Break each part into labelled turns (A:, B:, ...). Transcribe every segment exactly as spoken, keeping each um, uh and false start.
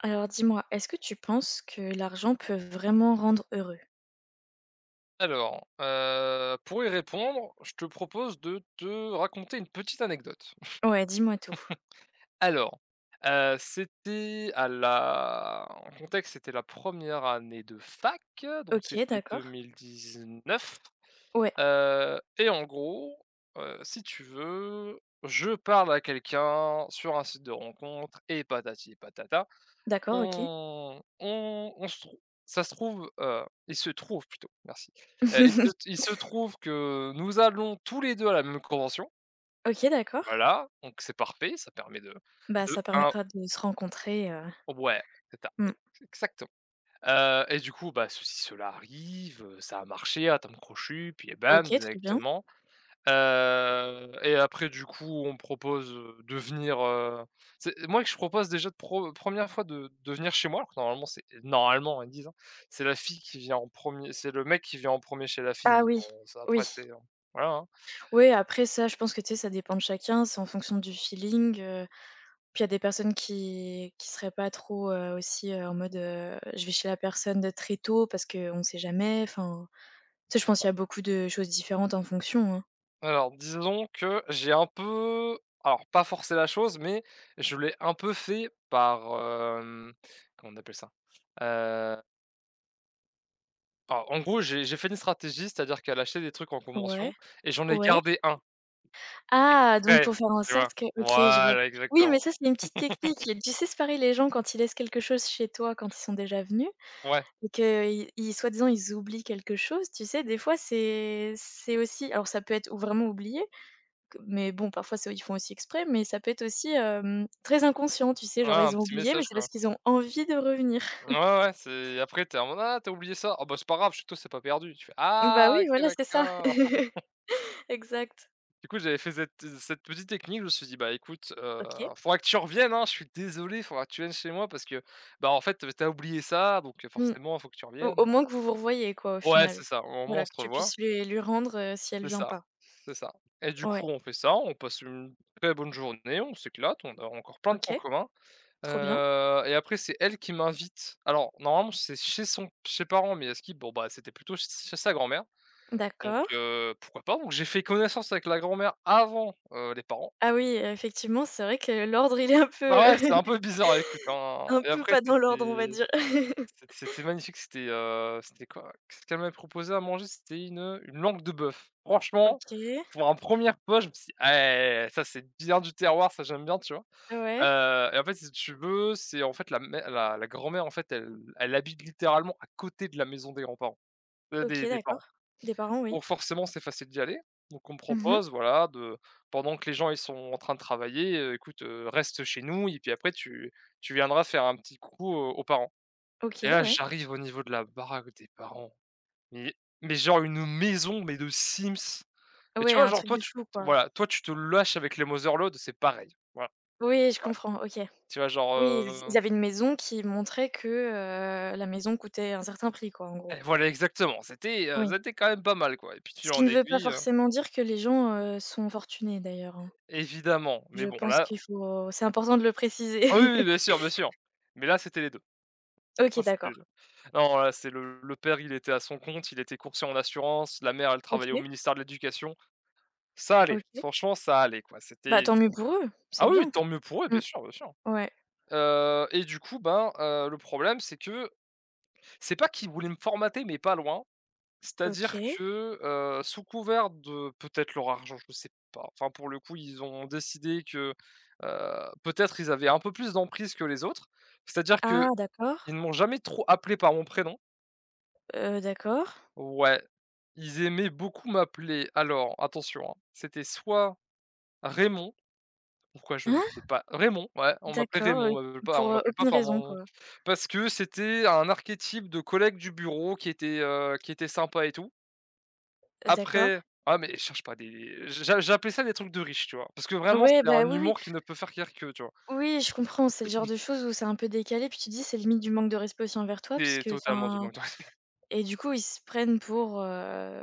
A: Alors dis-moi, est-ce que tu penses que l'argent peut vraiment rendre heureux?
B: Alors, heu, pour y répondre, je te propose de te raconter une petite anecdote.
A: Ouais, dis-moi tout.
B: Alors, heu, c'était à la en contexte, c'était la première année de fac, donc
A: OK,
B: c'était
A: d'accord.
B: deux mille dix-neuf.
A: Ouais,
B: Heu et en gros, heu, si tu veux, je parle à quelqu'un sur un site de rencontre et patati et patata.
A: d'accord, OK.
B: On on on se trou ça se trouve, heu, Il se trouve plutôt, merci, heu, il se il se trouve que nous allons tous les deux à la même convention.
A: OK, d'accord.
B: Voilà, donc c'est parfait, ça permet de
A: Bah,
B: de
A: ça
B: un.
A: permettra de se rencontrer, heu,
B: Ouais, c'est ça,
A: mmh.
B: exactement. Heu et du coup, bah, ceci, cela arrive, heu, ça a marché à temps crochu, puis et bam,
A: OK, trop bien.
B: directement. Heu et après du coup, on propose, heu, de venir, heu c'est moi que je propose déjà de pro 1 fois de de venir chez moi, alors que normalement c'est normalement ils disent, hein, c'est la fille qui vient en premier. C'est le mec qui vient en premier chez la fille,
A: Ah
B: mais
A: oui,
B: bon ça
A: oui.
B: après c'est euh, voilà, hein.
A: Oui, après ça, je pense que, tu sais, ça dépend de chacun, c'est en fonction du feeling, heu, puis il y a des personnes qui qui seraient pas trop, heu, aussi, heu, en mode, heu, je vais chez la personne de très tôt parce qu'on ne sait jamais, enfin, tu sais, je pense qu'il y a beaucoup de choses différentes en fonction, hein.
B: Alors disons que j'ai un peu alors pas forcé la chose, mais je l'ai un peu fait par, hem, comment on appelle ça? Heu, alors en gros j'ai j'ai fait une stratégie, c'est-à-dire qu'elle achetait des trucs en
A: Ouais,
B: convention et j'en ai
A: ouais.
B: gardé un.
A: Ah! Donc
B: Exprès,
A: pour faire en
B: tu vois?
A: sorte que OK, je vois.
B: Voilà,
A: Oui, mais
B: exactement.
A: ça, c'est une petite technique et tu sais séparer les gens quand ils laissent quelque chose chez toi, quand ils sont déjà venus
B: Ouais,
A: et qu'ils ils soi-disant, ils oublient quelque chose, tu sais? Des fois, c'est c'est aussi alors ça peut être ou vraiment oublié que mais bon, parfois, c'est ils font aussi exprès, mais ça peut être aussi, hem, très inconscient, tu sais?
B: ouais,
A: Genre,
B: un
A: ils ont
B: petit
A: oublié, mais
B: message,
A: c'est
B: quoi.
A: parce qu'ils ont envie de revenir.
B: Ouais, ouais, ouais, c'est après t'es en mode: «Ah, t'as oublié ça? Ah bah, c'est pas grave, chez toi, c'est pas perdu». Tu fais:
A: Bah
B: «Ah,
A: oui,
B: OK,
A: voilà, c'est ça.
B: d'accord».
A: Exact.
B: Du coup, j'avais fait cette cette petite technique, je me suis dit: «Bah, écoute, heu,
A: OK.
B: faudra que tu reviennes, hein, je suis désolé, faudra que tu viennes chez moi parce que, bah, en fait, t'as oublié ça, donc heu,
A: Mmh.
B: forcément, faut que tu
A: Au
B: reviennes».
A: au moins que vous vous revoyiez quoi, au
B: Ouais,
A: final.
B: c'est ça, au moins, on
A: Voilà,
B: se
A: que tu
B: revoit.
A: puisses lui lui rendre, heu, si elle
B: C'est
A: vient
B: ça,
A: pas.
B: c'est ça et du
A: Ouais.
B: coup, on fait ça, on passe une très bonne journée, on s'éclate, on a encore plein de
A: OK,
B: points communs.
A: trop bien.
B: Heu et après c'est elle qui m'invite. Alors normalement c'est chez son chez ses parents, mais elle skip, bon bah, c'était plutôt ch chez sa grand-mère, donc
A: D'accord.
B: heu, pourquoi pas? Donc j'ai fait connaissance avec la grand-mère avant, heu, les parents.
A: Ah oui, heu, effectivement, c'est vrai que l'ordre, il est un
B: Bah,
A: peu,
B: ouais, c'est un peu bizarre, écoute, hein
A: un
B: et
A: peu
B: après
A: pas dans l'ordre, on va
B: c'était
A: dire.
B: c'était c'était magnifique, c'était, heu, c'était quoi? Qu'est-ce qu'elle m'avait proposé à manger? C'était une, une langue de bœuf. Franchement,
A: OK,
B: pour un premier, je me suis dit: «Ah, eh, ça c'est bien du terroir, ça j'aime bien», tu vois?
A: ouais,
B: Heu et en fait, si tu veux, c'est en fait la mè la la grand-mère, en fait, elle elle habite littéralement à côté de la maison des grands-parents, heu,
A: OK,
B: des des parents.
A: d'accord. Des parents, oui.
B: Donc forcément, c'est facile d'y aller. Donc on me
A: Mmh.
B: propose, voilà, de pendant que les gens, ils sont en train de travailler, heu, écoute, heu, reste chez nous et puis après tu tu viendras faire un petit coucou aux aux parents. Et
A: OK,
B: là,
A: ouais.
B: j'arrive au niveau de la baraque des parents, mais mais genre une maison, mais de Sims. Mais
A: Ouais,
B: tu vois,
A: un
B: genre
A: truc
B: toi,
A: de
B: tu
A: flou, quoi.
B: voilà, toi, tu te lâches avec les Motherlode, c'est pareil. Voilà,
A: Oui,
B: c'est
A: je
B: pareil.
A: comprends, OK.
B: Tu vois,
A: Oui, ils
B: genre,
A: ils avaient une maison qui montrait que, heu, la maison coûtait un certain prix, quoi, en gros.
B: et voilà exactement, c'était, heu,
A: Oui.
B: c'était quand même pas mal quoi et puis tu
A: Ce
B: fil
A: qui
B: en
A: ne veut pas
B: aiguille, heu,
A: forcément dire que les gens, heu, sont fortunés, d'ailleurs, hein.
B: évidemment, mais
A: Je
B: bon
A: pense
B: là
A: qu'il faut c'est important de le préciser.
B: ah oui, oui, bien sûr, bien sûr, mais là c'était les deux.
A: OK,
B: Là c'était
A: d'accord.
B: les deux. Non là c'est le le père, il était à son compte, il était courtier en assurance, la mère elle travaillait au
A: OK,
B: ministère de l'éducation. Ça allait,
A: OK.
B: franchement ça allait quoi,
A: Bah,
B: c'était
A: tant mieux pour eux, c'est
B: ah oui,
A: bien.
B: tant mieux pour eux,
A: Mmh,
B: bien sûr, bien sûr.
A: ouais,
B: Heu et du coup ben, heu, le problème c'est que c'est pas qu'ils voulaient me formater, mais pas loin. C'est-à-dire
A: OK.
B: que, heu, sous couvert de peut-être leur argent, je ne sais pas, enfin pour le coup, ils ont décidé que, heu, peut-être ils avaient un peu plus d'emprise que les autres. C'est-à-dire que
A: Ah d'accord,
B: ils ne m'ont jamais trop appelé par mon prénom.
A: heu, d'accord.
B: Ouais, ils aimaient beaucoup m'appeler, alors attention, hein, c'était soit Raymond, pourquoi je ne
A: Hein?
B: sais pas, Raymond, ouais, on m'appelait
A: D'accord, heu,
B: Raymond, on m'appelait pas on
A: pour, heu,
B: m'appelait pas
A: aucune
B: par
A: raison,
B: mon
A: quoi.
B: parce que c'était un archétype de collègue du bureau qui était, heu, qui était sympa et tout.
A: Euh, D'accord.
B: Après ah mais cherche pas des j'a j'appelais ça des trucs de riches, tu vois? Parce que vraiment,
A: Ouais,
B: c'est
A: bah,
B: un
A: oui, oui.
B: humour qui ne peut faire rire qu'eux, tu vois?
A: Oui, je comprends, c'est le genre de choses où c'est un peu décalé, puis tu dis: «C'est limite du manque de respect aussi envers toi» parce
B: C'est
A: que,
B: totalement du
A: enfin
B: manque de respect.
A: et du coup, ils se prennent pour, heu,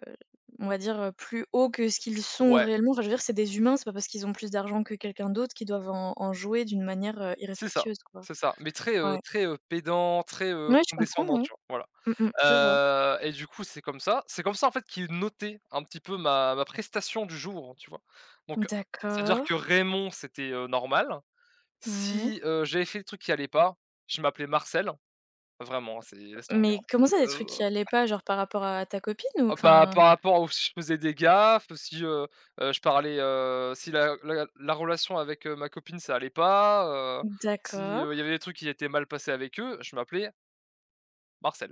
A: on va dire, heu, plus haut que ce qu'ils sont
B: Ouais,
A: réellement. Enfin, je veux dire, c'est des humains, c'est pas parce qu'ils ont plus d'argent que quelqu'un d'autre qu'ils doivent en en jouer d'une manière, heu,
B: c'est ça,
A: irrespectueuse, quoi.
B: c'est ça, mais très, heu,
A: Ouais.
B: très, heu, pédant, très, heu,
A: Ouais, je comprends,
B: condescendant,
A: ouais.
B: tu vois? Voilà,
A: Mmh mh, je vois.
B: heu et du coup, c'est comme ça c'est comme ça, en fait, qu'ils notait un petit peu ma ma prestation du jour, hein, tu vois? Donc, c'est-à-dire
A: D'accord.
B: que Raymond, c'était, heu, normal.
A: Ouais.
B: Si, heu, j'avais fait des trucs qui allaient pas, je m'appelais Marcel, vraiment, hein, c'est laisse tomber,
A: Mais
B: hein, c'est,
A: comment ça, des trucs qui
B: euh,
A: allaient pas, genre par rapport à ta copine ou
B: ah bah,
A: enfin?
B: par rapport au si je faisais des gaffes, si, heu heu, je parlais, heu, si la la la relation avec, heu, ma copine, ça allait pas, heu, si,
A: D'accord,
B: heu, il y avait des trucs qui étaient mal passés avec eux, je m'appelais Marcel.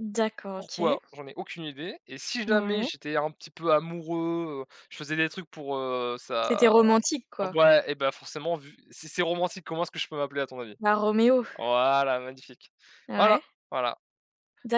A: d'accord, OK.
B: Pourquoi? J'en ai aucune idée et si jamais
A: Ouais.
B: j'étais un petit peu amoureux, heu, je faisais des trucs pour, heu,
A: C'était
B: ça
A: romantique, quoi.
B: ouais et ben forcément, vu si c'est romantique, comment est-ce que je peux m'appeler à ton avis?
A: La Roméo.
B: Voilà, magnifique.
A: Ah ouais?
B: Voilà, voilà,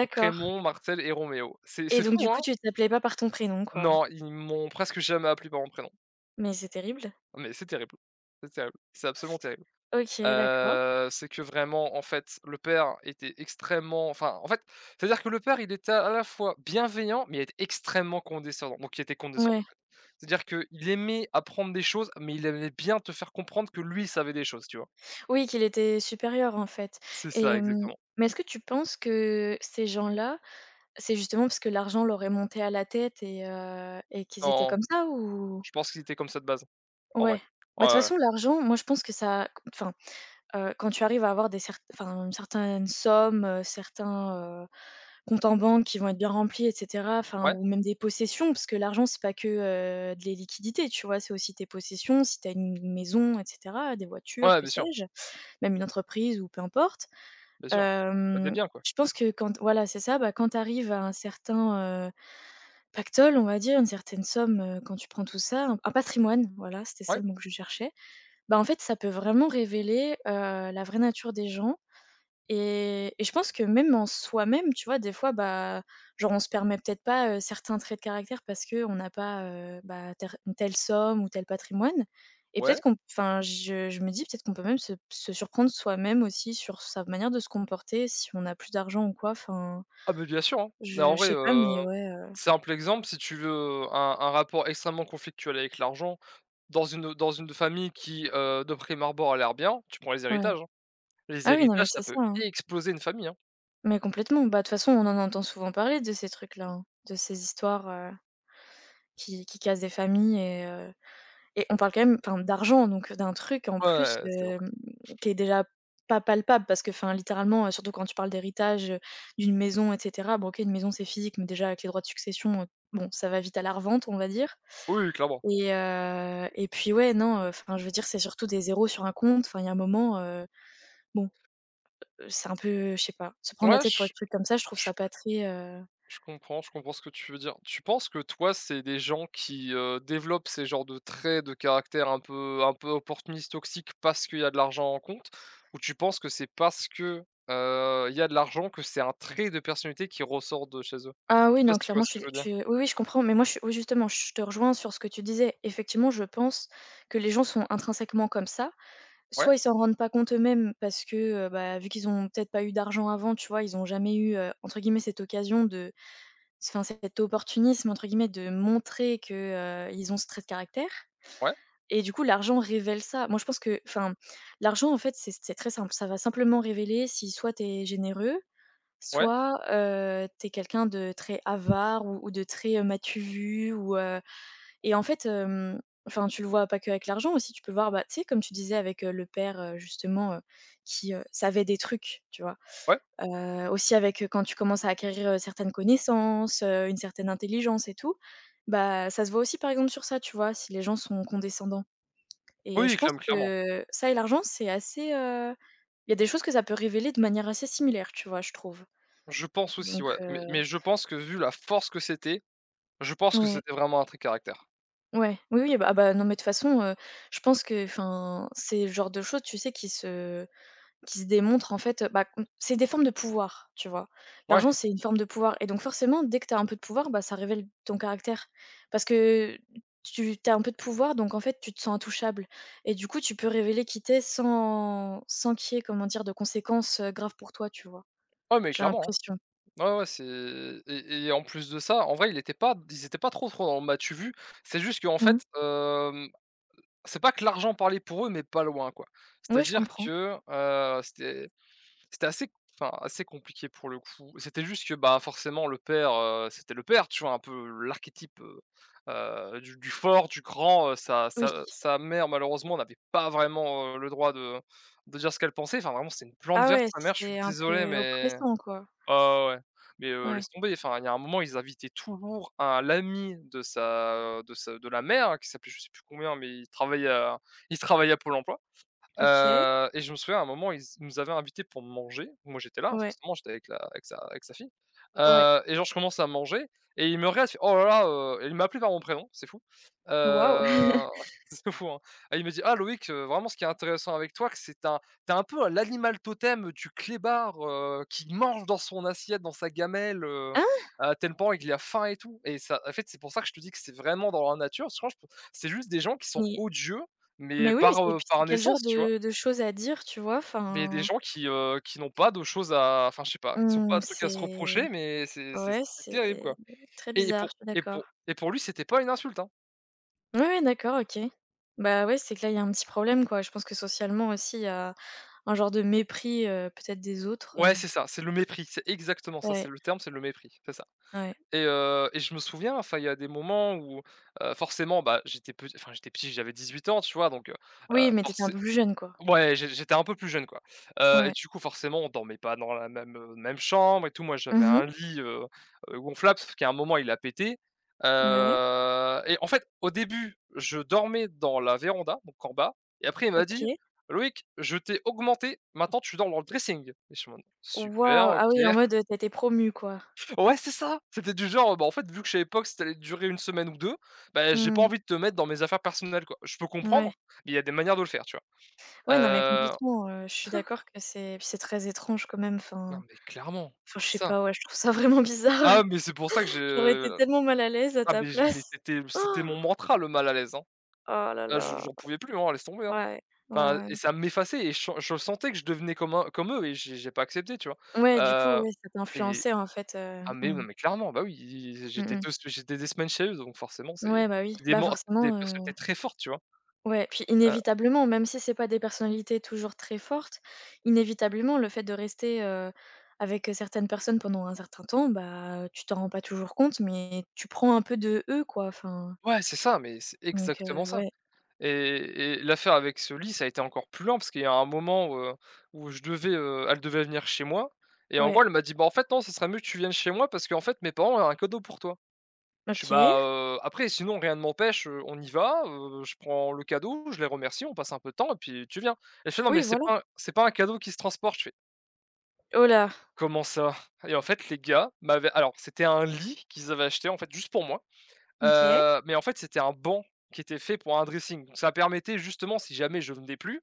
B: donc Raymond, Marcel et Roméo. C'est
A: et
B: c'est
A: donc
B: fou,
A: du coup,
B: hein?
A: tu t'appelais pas par ton prénom, quoi?
B: Non, ils m'ont presque jamais appelé par mon prénom.
A: Mais c'est terrible.
B: Mais c'est terrible, c'est terrible, c'est absolument terrible.
A: OK, d'accord.
B: Heu, c'est que vraiment, en fait, le père était extrêmement, enfin, en fait, c'est-à-dire que le père, il était à la fois bienveillant, mais il était extrêmement condescendant, donc il était condescendant,
A: Ouais.
B: en fait. C'est-à-dire qu'il aimait apprendre des choses, mais il aimait bien te faire comprendre que lui, il savait des choses, tu vois?
A: Oui, qu'il était supérieur, en fait
B: C'est
A: et
B: ça,
A: hem,
B: exactement.
A: mais est-ce que tu penses que ces gens-là, c'est justement parce que l'argent leur est monté à la tête et heu et qu'ils étaient
B: Non,
A: comme ça ou?
B: je pense qu'il était comme ça de base, en vrai.
A: Ouais.
B: Ouais,
A: Bah, de toute
B: ouais,
A: façon, l'argent, moi, je pense que ça enfin, Heu, quand tu arrives à avoir des cer enfin, une certaine somme, heu, certains, heu, comptes en banque qui vont être bien remplis et cetera, enfin
B: ouais.
A: ou même des possessions, parce que l'argent c'est pas que, euh, de des liquidités, tu vois? C'est aussi tes possessions, si tu as une maison et cetera, des voitures,
B: Ouais,
A: que
B: bien sûr,
A: sais-je, même une entreprise ou peu importe.
B: bien sûr. Bah, des
A: Hem,
B: biens, quoi.
A: je pense que quand voilà, c'est ça, bah, quand tu arrives à un certain, heu, pactole, on va dire, une certaine somme, heu, quand tu prends tout ça, un un patrimoine, voilà, c'était ça
B: Ouais,
A: le mot que je cherchais. Bah, en fait, ça peut vraiment révéler, heu, la vraie nature des gens et et je pense que même en soi-même, tu vois, des fois, bah, genre, on se permet peut-être pas, heu, certains traits de caractère parce que on n'a pas, heu, bah, ter une telle somme ou tel patrimoine et
B: ouais.
A: peut-être qu'on enfin, je je me dis peut-être qu'on peut même se se surprendre soi-même aussi sur sa manière de se comporter si on a plus d'argent ou quoi. Enfin,
B: Ah beh, bien sûr, hein. Bah,
A: je
B: en
A: je
B: vrai,
A: sais pas,
B: heu,
A: mais ouais, heu,
B: simple exemple, si tu veux un un rapport extrêmement conflictuel avec l'argent, dans une, dans une famille qui, heu, de prime abord a l'air bien, tu prends les
A: ouais.
B: héritages, hein. Les
A: Ah oui, non, mais
B: héritages, ça
A: c'est
B: peut
A: ça, hein.
B: exploser une famille, hein.
A: Mais complètement. Bah, de toute façon, on en entend souvent parler de ces trucs-là, hein, de ces histoires, heu, qui qui cassent des familles et heu Et on parle quand même, enfin, d'argent, donc euh, d'un truc en plus,
B: Ouais, c'est vrai.
A: hem, qui est déjà pas palpable parce que, enfin, littéralement, heu, surtout quand tu parles d'héritage, heu, d'une maison et cetera. Bon OK, une maison, c'est physique, mais déjà avec les droits de succession, heu, bon, ça va vite à la revente, on va dire
B: Oui, clairement.
A: et heu et puis ouais, non, heu, enfin, je veux dire, c'est surtout des zéros sur un compte. Enfin, il y a un moment, heu, bon, euh, c'est un peu, je sais pas, se prendre la
B: Ouais,
A: tête pour des
B: ch
A: trucs comme ça, je trouve
B: ch
A: ça pas très, heu
B: Je comprends, je comprends ce que tu veux dire. Tu penses que toi, c'est des gens qui, heu, développent ces genres de traits de caractère un peu un peu opportunistes, toxiques, parce qu'il y a de l'argent en compte? Ou tu penses que c'est parce que, heu, il y a de l'argent que c'est un trait de personnalité qui ressort de chez eux?
A: Ah
B: Je
A: oui,
B: sais pas
A: non,
B: si tu
A: clairement,
B: vois ce
A: je suis
B: que je veux
A: je
B: dire?
A: suis oui, oui, je comprends, mais moi, je suis oui, justement, je te rejoins sur ce que tu disais. Effectivement, je pense que les gens sont intrinsèquement comme ça.
B: Ouais,
A: Soit ils s'en rendent pas compte eux-mêmes parce que, heu, bah, vu qu'ils ont peut-être pas eu d'argent avant, tu vois, ils ont jamais eu, heu, entre guillemets «cette occasion» de enfin, cet opportunisme, entre guillemets, de montrer que, heu, ils ont ce trait de caractère
B: ouais,
A: et du coup, l'argent révèle ça. Moi, je pense que enfin, l'argent, en fait, c'est c'est très simple. Ça va simplement révéler si soit tu es généreux,
B: ouais,
A: soit, heu, tu quelqu'un de très avare ou ou de très, heu, m'as-tu vu ou heu et en fait, hem, enfin, tu le vois pas que avec l'argent aussi, tu peux voir, bah, tu sais, comme tu disais avec, heu, le père, heu, justement, heu, qui, heu, savait des trucs, tu vois?
B: ouais.
A: Heu, aussi avec, heu, quand tu commences à acquérir, heu, certaines connaissances, heu, une certaine intelligence et tout, bah, ça se voit aussi par exemple sur ça, tu vois? Si les gens sont condescendants et
B: Oui,
A: je pense
B: clairement, clairement.
A: que ça et l'argent, c'est assez, heu, il y a des choses que ça peut révéler de manière assez similaire, tu vois, je trouve
B: Je pense aussi,
A: donc
B: ouais. Mais mais je pense que vu la force que c'était, je pense que
A: Ouais,
B: c'était vraiment un trait de caractère.
A: ouais, oui, oui, bah ah bah, non, mais de toute façon, heu, je pense que enfin, c'est le genre de choses, tu sais, qui se qui se démontrent en fait, heu, bah, mmh, c'est des formes de pouvoir, tu vois?
B: Ouais,
A: L'argent, c'est une forme de pouvoir et donc forcément, dès que tu as un peu de pouvoir, bah, ça révèle ton caractère parce que tu as un peu de pouvoir donc en fait, tu te sens intouchable et du coup, tu peux révéler qui t'es sans sans qu'il y ait, comment dire, de conséquences, heu, graves pour toi, tu vois?
B: ouais, mais
A: J'ai
B: clairement,
A: l'impression.
B: hein. Ouais, ouais, c'est et et en plus de ça, en vrai, il était pas ils étaient pas trop trop dans le match vu? C'est juste qu'en
A: Mmh.
B: fait, hem, c'est pas que l'argent parlait pour eux, mais pas loin, quoi.
A: Ouais, je
B: C'est-à-dire
A: comprends.
B: que, heu, c'était c'était assez, enfin, assez compliqué pour le coup. C'était juste que, bah, forcément le père, heu, c'était le père, tu vois? Un peu l'archétype, heu heu, du du fort, du grand, heu, sa
A: Oui.
B: sa sa mère malheureusement n'avait pas vraiment, heu, le droit de de dire ce qu'elle pensait. Enfin, vraiment, c'était une plante
A: Ah
B: verte
A: ouais,
B: sa mère, je suis
A: c'était un
B: désolé,
A: peu
B: mais
A: oppressant, quoi.
B: ah ouais, mais heu,
A: Ouais,
B: laisse tomber, enfin, il y a un moment, ils invitaient toujours un l'ami de sa de sa de la mère, hein, qui s'appelait je sais plus combien, mais il travaillait à il travaillait à Pôle emploi.
A: OK.
B: Heu et je me souviens à un moment, ils nous avaient invités pour manger. Moi, j'étais là,
A: Ouais,
B: forcément, j'étais avec la avec sa avec sa fille,
A: ouais.
B: heu et genre je commence à manger et il me regarde, il fait: «Oh là là, heu» et il m'appelait par mon prénom, c'est fou,
A: Waouh! Hein?
B: heu, c'est fou, hein, et il me dit: «Ah Loïc, heu, vraiment ce qui est intéressant avec toi que c'est un t'es un peu l'animal totem du clébard, heu, qui mange dans son assiette, dans sa gamelle, heu, à tel point qu'il a faim et tout» et ça en fait, c'est pour ça que je te dis que c'est vraiment dans leur nature. Parce que Je pense c'est juste des gens qui sont
A: Mais
B: odieux,
A: mais
B: mais
A: oui, mais
B: par,
A: c'est
B: heu,
A: puis c'est
B: par
A: quel genre
B: naissance, tu vois?
A: de de choses à dire, tu vois?
B: Mais il y a des
A: Enfin,
B: gens qui, heu, qui n'ont pas de choses à enfin je sais pas, ils ont
A: on
B: pas de trucs à se
A: c'est
B: reprocher, mais c'est c'est
A: ouais,
B: c'est terrible quoi.
A: c'est très
B: Et
A: bizarre,
B: pour
A: je suis
B: et
A: d'accord.
B: pour et pour lui, c'était pas une insulte, hein.
A: Ouais, ouais, d'accord, OK. Bah, ouais, c'est que là, il y a un petit problème, quoi. Je pense que socialement aussi, il y a un genre de mépris, heu, peut-être des autres,
B: Ouais,
A: heu,
B: c'est ça, c'est le mépris, c'est exactement ça,
A: ouais,
B: c'est le terme, c'est le mépris, c'est ça.
A: ouais.
B: Et heu et je me souviens, enfin, il y a des moments où, heu, forcément, bah, j'étais pet enfin, j'étais petit, j'avais dix-huit ans, tu vois? Donc heu,
A: Oui, mais t'étais un
B: forcé
A: peu plus jeune, quoi.
B: ouais, j'é j'étais un peu plus jeune, quoi, heu et
A: Ouais.
B: du coup, forcément, on dormait pas dans la même, heu, même chambre et tout. Moi, j'avais
A: Mmh.
B: un lit, heu heu, gonflable, sauf qu'à un moment, il a pété,
A: Ouais,
B: heu et en fait, au début, je dormais dans la véranda, donc en bas. Et après, il m'a dit:
A: OK.
B: «Loïc, je t'ai augmenté, maintenant tu dors dans le dressing» et je suis en mode: «Super,
A: Waouh! Ah
B: OK».
A: oui, en mode, heu, tu été promue, quoi.
B: Ouais, c'est ça! C'était du genre, bah, en fait, vu que chez l'époque, c'était que allait durer une semaine ou deux. Bah, j'ai pas
A: Hmm,
B: envie de te mettre dans mes affaires personnelles, quoi. Je peux
A: ouais.
B: comprendre, mais il y a des manières de le faire, tu vois?
A: Ouais, non, mais
B: Heu
A: complètement, heu, je suis d'accord que c'est puis c'est très étrange quand même,
B: Non,
A: enfin
B: mais clairement,
A: enfin, je
B: c'est
A: sais
B: ça.
A: pas, ouais, je trouve ça vraiment bizarre.
B: Ah, mais c'est pour ça que
A: J'aurais été
B: je
A: tellement mal à l'aise à
B: Ah,
A: ta
B: mais je mais
A: place.
B: c'était c'était
A: Oh,
B: mon mantra le mal à l'aise, hein.
A: oh là
B: Ah, je
A: là.
B: j'en pouvais plus, hein, laisse tomber, hein.
A: Ouais, ouais,
B: Enfin et
A: ouais.
B: ça m'effaçait et je je sentais que je devenais comme un comme eux et j'ai j'ai pas accepté, tu vois?
A: Ouais, du coup,
B: Heu
A: ouais, ça t'a
B: et
A: influencé en fait, heu,
B: ah, mais non,
A: mmh.
B: mais clairement, bah, oui,
A: Mmh
B: j'étais
A: mh.
B: deux j'étais des semaines chez eux donc forcément c'est
A: Ouais, bah oui,
B: des
A: bah
B: ment des
A: forcément, heu,
B: personnalités très fortes, tu vois?
A: ouais, puis
B: Heu,
A: inévitablement, même si c'est pas des personnalités toujours très fortes, inévitablement, le fait de rester, heu, avec, certaines personnes pendant un certain temps, bah, tu t'en rends pas toujours compte, mais tu prends un peu de eux, quoi, enfin.
B: ouais, c'est ça, mais c'est
A: Donc heu,
B: exactement ça.
A: ouais,
B: Et et l'affaire avec ce lit, ça a été encore plus lent parce qu'il y a un moment où, heu, où je devais, heu, elle devait venir chez moi et en
A: ouais,
B: gros, elle m'a dit: «Bah, en fait, non, ce serait mieux que tu viennes chez moi parce qu'en fait, mes parents ont un cadeau pour toi». Je suis
A: OK.
B: «Bah, heu, après, sinon rien ne m'empêche, heu, on y va, heu, je prends le cadeau, je les remercie, on passe un peu de temps et puis tu viens». Elle fait: «Non, mais
A: Oui,
B: c'est
A: voilà.
B: pas un c'est pas un cadeau qui se transporte». Je fais:
A: Oh là!
B: «Comment ça?» Et en fait, les gars m'avaient alors, c'était un lit qu'ils avaient acheté, en fait, juste pour moi.
A: OK.
B: Heu, mais en fait, c'était un banc qui était fait pour un dressing. Donc ça permettait justement, si jamais je venais plus,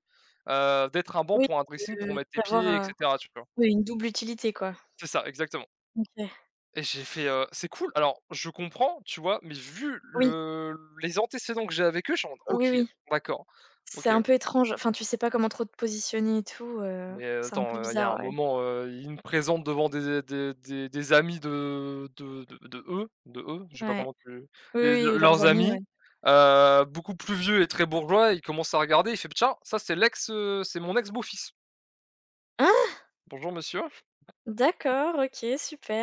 B: heu, d'être un banc
A: Oui,
B: pour un dressing pour
A: de
B: mettre tes
A: d'avoir
B: pieds et
A: un
B: cetera, tu vois?
A: oui, une double utilité, quoi.
B: C'est ça, exactement.
A: OK.
B: Et j'ai fait, heu: «C'est cool». Alors je comprends, tu vois? Mais vu
A: Oui,
B: le les antécédents que j'ai avec eux, je suis en mode:
A: oui,
B: «OK,
A: oui.
B: d'accord,
A: C'est
B: OK,
A: un
B: OK».
A: peu étrange, enfin, tu sais pas comment trop te positionner et tout, heu,
B: Mais, heu,
A: c'est un
B: attends,
A: peu
B: heu, il y a un
A: bizarre, ouais.
B: moment, heu, ils me présentent devant des des des des amis de de de de eux de eux, je sais pas
A: Ouais.
B: comment tu
A: Oui,
B: des de
A: oui, leurs
B: leurs
A: amis, ouais.
B: amis, heu, beaucoup plus vieux et très bourgeois. Il commence à regarder, il fait: «Tiens, ça c'est l'ex, heu, c'est mon ex beau-fils.
A: Hein?
B: Bonjour monsieur».
A: D'accord, OK,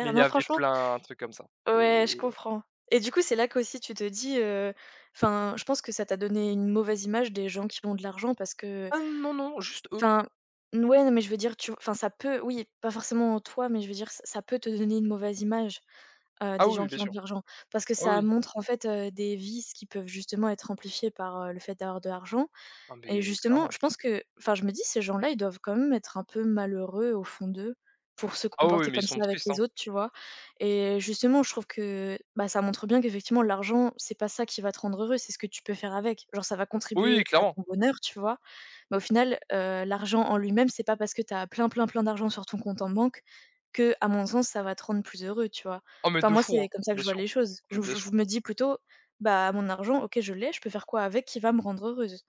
B: Mais il y
A: Non,
B: avait
A: franchement
B: plein de trucs comme ça. C'est
A: ouais, je comprends et du coup, c'est là qu'aussi tu te dis, heu, enfin, je pense que ça t'a donné une mauvaise image des gens qui ont de l'argent parce que
B: Ah non, non, juste eux.
A: Enfin, n ouais, non, mais je veux dire, tu enfin, ça peut oui, pas forcément toi, mais je veux dire, ç ça peut te donner une mauvaise image, heu,
B: Ah
A: des
B: oui,
A: gens
B: oui,
A: qui
B: bien
A: ont de
B: sûr.
A: l'argent. Parce que
B: Ah
A: ça
B: oui, oui.
A: montre, en fait, heu, des vices qui peuvent justement être amplifiés par, heu, le fait d'avoir de l'argent
B: Ah
A: et
B: mais
A: justement,
B: clairement.
A: je pense que enfin, je me dis: «Ces gens-là, ils doivent quand même être un peu malheureux au fond d'eux pour se
B: Ah oui, oui,
A: comporter
B: mais ils
A: comme
B: sont
A: ça avec
B: tristes, hein.
A: les autres», tu vois? Et justement, je trouve que, bah, ça montre bien qu'effectivement l'argent, c'est pas ça qui va te rendre heureux, c'est ce que tu peux faire avec. Genre ça va
B: Oui, oui,
A: contribuer à
B: clairement.
A: ton bonheur, tu vois? Mais au final, heu, l'argent en lui-même, c'est pas parce que tu as plein, plein, plein d'argent sur ton compte en banque que, à mon sens, ça va te rendre plus heureux, tu vois?
B: Ah mais
A: Enfin
B: de
A: moi,
B: fou, hein.
A: c'est comme ça que
B: Bien
A: je vois
B: sûr.
A: les choses.
B: Mmh,
A: Je
B: bien
A: je je
B: sûr.
A: me dis plutôt: «Bah, mon argent, OK, je l'ai, je peux faire quoi avec qui va me rendre heureuse?»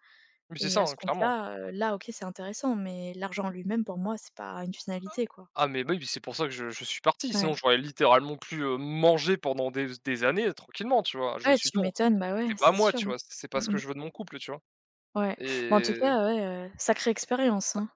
B: Mais c'est
A: Et
B: ça,
A: à ce
B: hein, clairement.
A: compte-là, heu, là, OK, c'est intéressant, mais l'argent en lui-même, pour moi, c'est pas une finalité, quoi.
B: Ah mais oui, c'est pour ça que je je suis parti,
A: Ouais.
B: sinon j'aurais littéralement pu, heu, manger pendant des des années tranquillement, tu vois? Je me
A: Ouais,
B: suis dit:
A: tu
B: «Non,
A: m'étonnes, bah, ouais,
B: c'est pas à
A: c'est
B: moi,
A: sûr,
B: tu
A: hein.
B: vois? C'est pas ce
A: Mmh
B: que
A: mmh.
B: je veux de mon couple», tu vois?
A: Ouais. Mais en tout
B: Et
A: cas, ouais, heu, sacrée expérience, hein.